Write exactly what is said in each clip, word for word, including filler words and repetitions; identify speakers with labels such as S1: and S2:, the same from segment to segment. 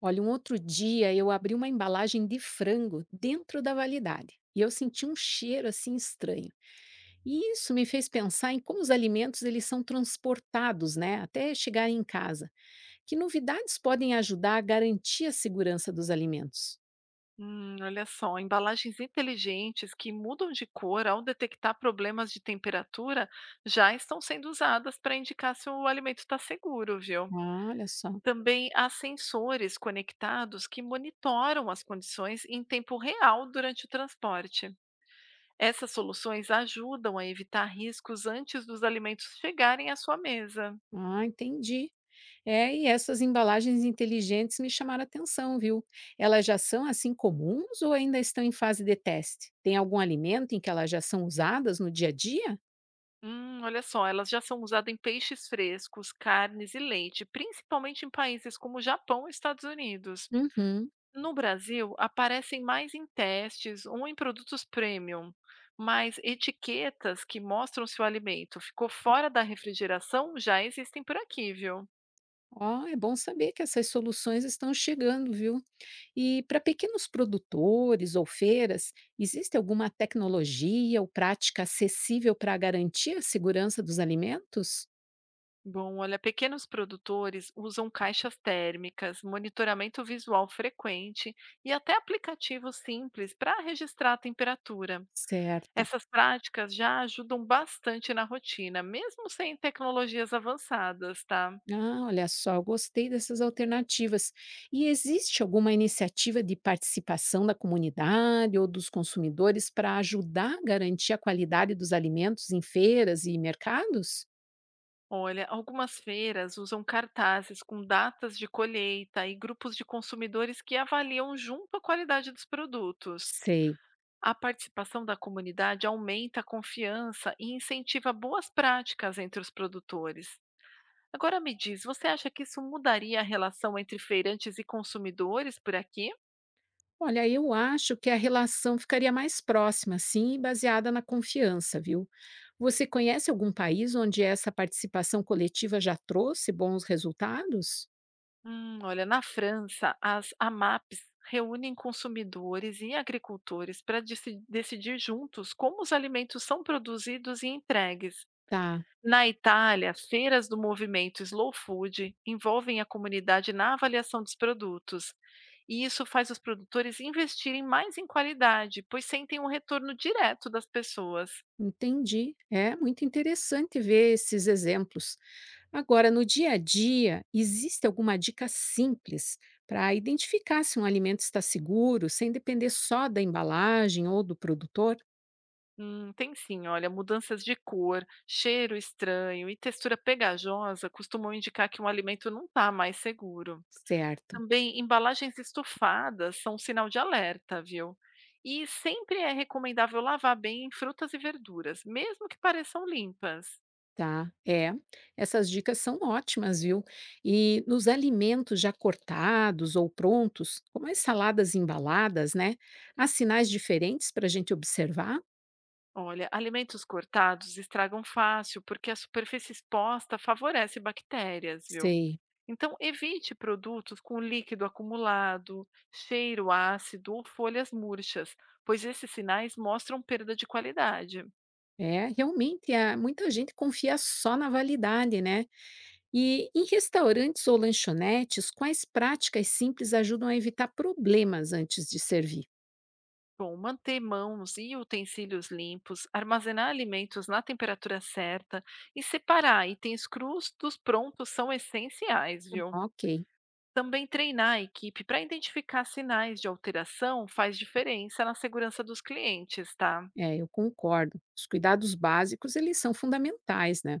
S1: Olha, um outro dia eu abri uma embalagem de frango dentro da validade e eu senti um cheiro assim estranho. E isso me fez pensar em como os alimentos eles são transportados, né, até chegarem em casa. Que novidades podem ajudar a garantir a segurança dos alimentos?
S2: Hum, olha só, embalagens inteligentes que mudam de cor ao detectar problemas de temperatura já estão sendo usadas para indicar se o alimento está seguro, viu?
S1: Ah, olha só.
S2: Também há sensores conectados que monitoram as condições em tempo real durante o transporte. Essas soluções ajudam a evitar riscos antes dos alimentos chegarem à sua mesa.
S1: Ah, entendi. É, e essas embalagens inteligentes me chamaram a atenção, viu? Elas já são assim comuns ou ainda estão em fase de teste? Tem algum alimento em que elas já são usadas no dia a dia?
S2: Hum, olha só, elas já são usadas em peixes frescos, carnes e leite, principalmente em países como o Japão e Estados Unidos.
S1: Uhum.
S2: No Brasil, aparecem mais em testes ou em produtos premium, mas etiquetas que mostram se o alimento ficou fora da refrigeração já existem por aqui, viu?
S1: Ó, é bom saber que essas soluções estão chegando, viu? E para pequenos produtores ou feiras, existe alguma tecnologia ou prática acessível para garantir a segurança dos alimentos?
S2: Bom, olha, pequenos produtores usam caixas térmicas, monitoramento visual frequente e até aplicativos simples para registrar a temperatura.
S1: Certo.
S2: Essas práticas já ajudam bastante na rotina, mesmo sem tecnologias avançadas, tá?
S1: Ah, olha só, eu gostei dessas alternativas. E existe alguma iniciativa de participação da comunidade ou dos consumidores para ajudar a garantir a qualidade dos alimentos em feiras e mercados?
S2: Olha, algumas feiras usam cartazes com datas de colheita e grupos de consumidores que avaliam junto a qualidade dos produtos.
S1: Sei.
S2: A participação da comunidade aumenta a confiança e incentiva boas práticas entre os produtores. Agora me diz, você acha que isso mudaria a relação entre feirantes e consumidores por aqui?
S1: Olha, eu acho que a relação ficaria mais próxima, sim, e baseada na confiança, viu? Você conhece algum país onde essa participação coletiva já trouxe bons resultados?
S2: Hum, olha, na França, as A M A P s reúnem consumidores e agricultores para decidir juntos como os alimentos são produzidos e entregues.
S1: Tá,
S2: Na Itália, feiras do movimento Slow Food envolvem a comunidade na avaliação dos produtos. E isso faz os produtores investirem mais em qualidade, pois sentem um retorno direto das pessoas.
S1: entendi. É muito interessante ver esses exemplos. Agora, no dia a dia, existe alguma dica simples para identificar se um alimento está seguro, sem depender só da embalagem ou do produtor?
S2: Hum, tem sim, olha, mudanças de cor, cheiro estranho e textura pegajosa costumam indicar que um alimento não está mais seguro.
S1: Certo.
S2: Também embalagens estufadas são um sinal de alerta, viu? E sempre é recomendável lavar bem frutas e verduras, mesmo que pareçam limpas.
S1: Tá, é. Essas dicas são ótimas, viu? E nos alimentos já cortados ou prontos, como as saladas embaladas, né? Há sinais diferentes para a gente observar?
S2: Olha, alimentos cortados estragam fácil porque a superfície exposta favorece bactérias, viu?
S1: Sei.
S2: Então, evite produtos com líquido acumulado, cheiro ácido ou folhas murchas, pois esses sinais mostram perda de qualidade.
S1: É, realmente, a muita gente confia só na validade, né? E em restaurantes ou lanchonetes, quais práticas simples ajudam a evitar problemas antes de servir?
S2: Bom, manter mãos e utensílios limpos, armazenar alimentos na temperatura certa e separar itens crus dos prontos são essenciais, viu?
S1: Ok,
S2: Também treinar a equipe para identificar sinais de alteração faz diferença na segurança dos clientes, tá?
S1: é, eu concordo. Os cuidados básicos, eles são fundamentais, né?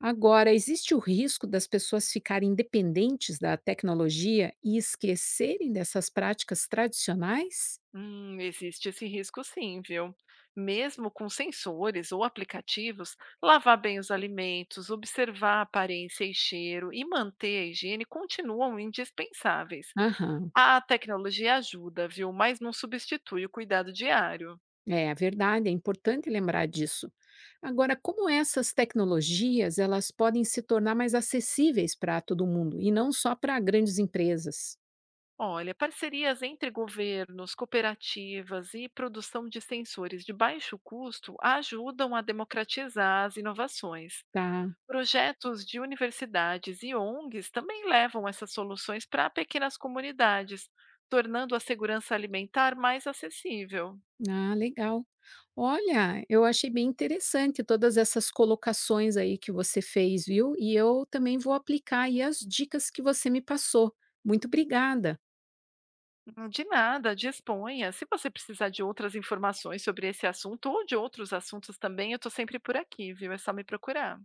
S1: Agora, existe o risco das pessoas ficarem dependentes da tecnologia e esquecerem dessas práticas tradicionais?
S2: Hum, existe esse risco sim, viu? Mesmo com sensores ou aplicativos, lavar bem os alimentos, observar a aparência e cheiro e manter a higiene continuam indispensáveis.
S1: Aham,
S2: A tecnologia ajuda, viu? Mas não substitui o cuidado diário.
S1: é a verdade, é importante lembrar disso. Agora, como essas tecnologias, elas podem se tornar mais acessíveis para todo mundo e não só para grandes empresas?
S2: Olha, parcerias entre governos, cooperativas e produção de sensores de baixo custo ajudam a democratizar as inovações.
S1: Tá,
S2: Projetos de universidades e ONGs também levam essas soluções para pequenas comunidades, tornando a segurança alimentar mais acessível.
S1: ah, legal. Olha, eu achei bem interessante todas essas colocações aí que você fez, viu? E eu também vou aplicar aí as dicas que você me passou. Muito obrigada.
S2: Hum, De nada, disponha. Se você precisar de outras informações sobre esse assunto ou de outros assuntos também, eu estou sempre por aqui, viu? É só me procurar.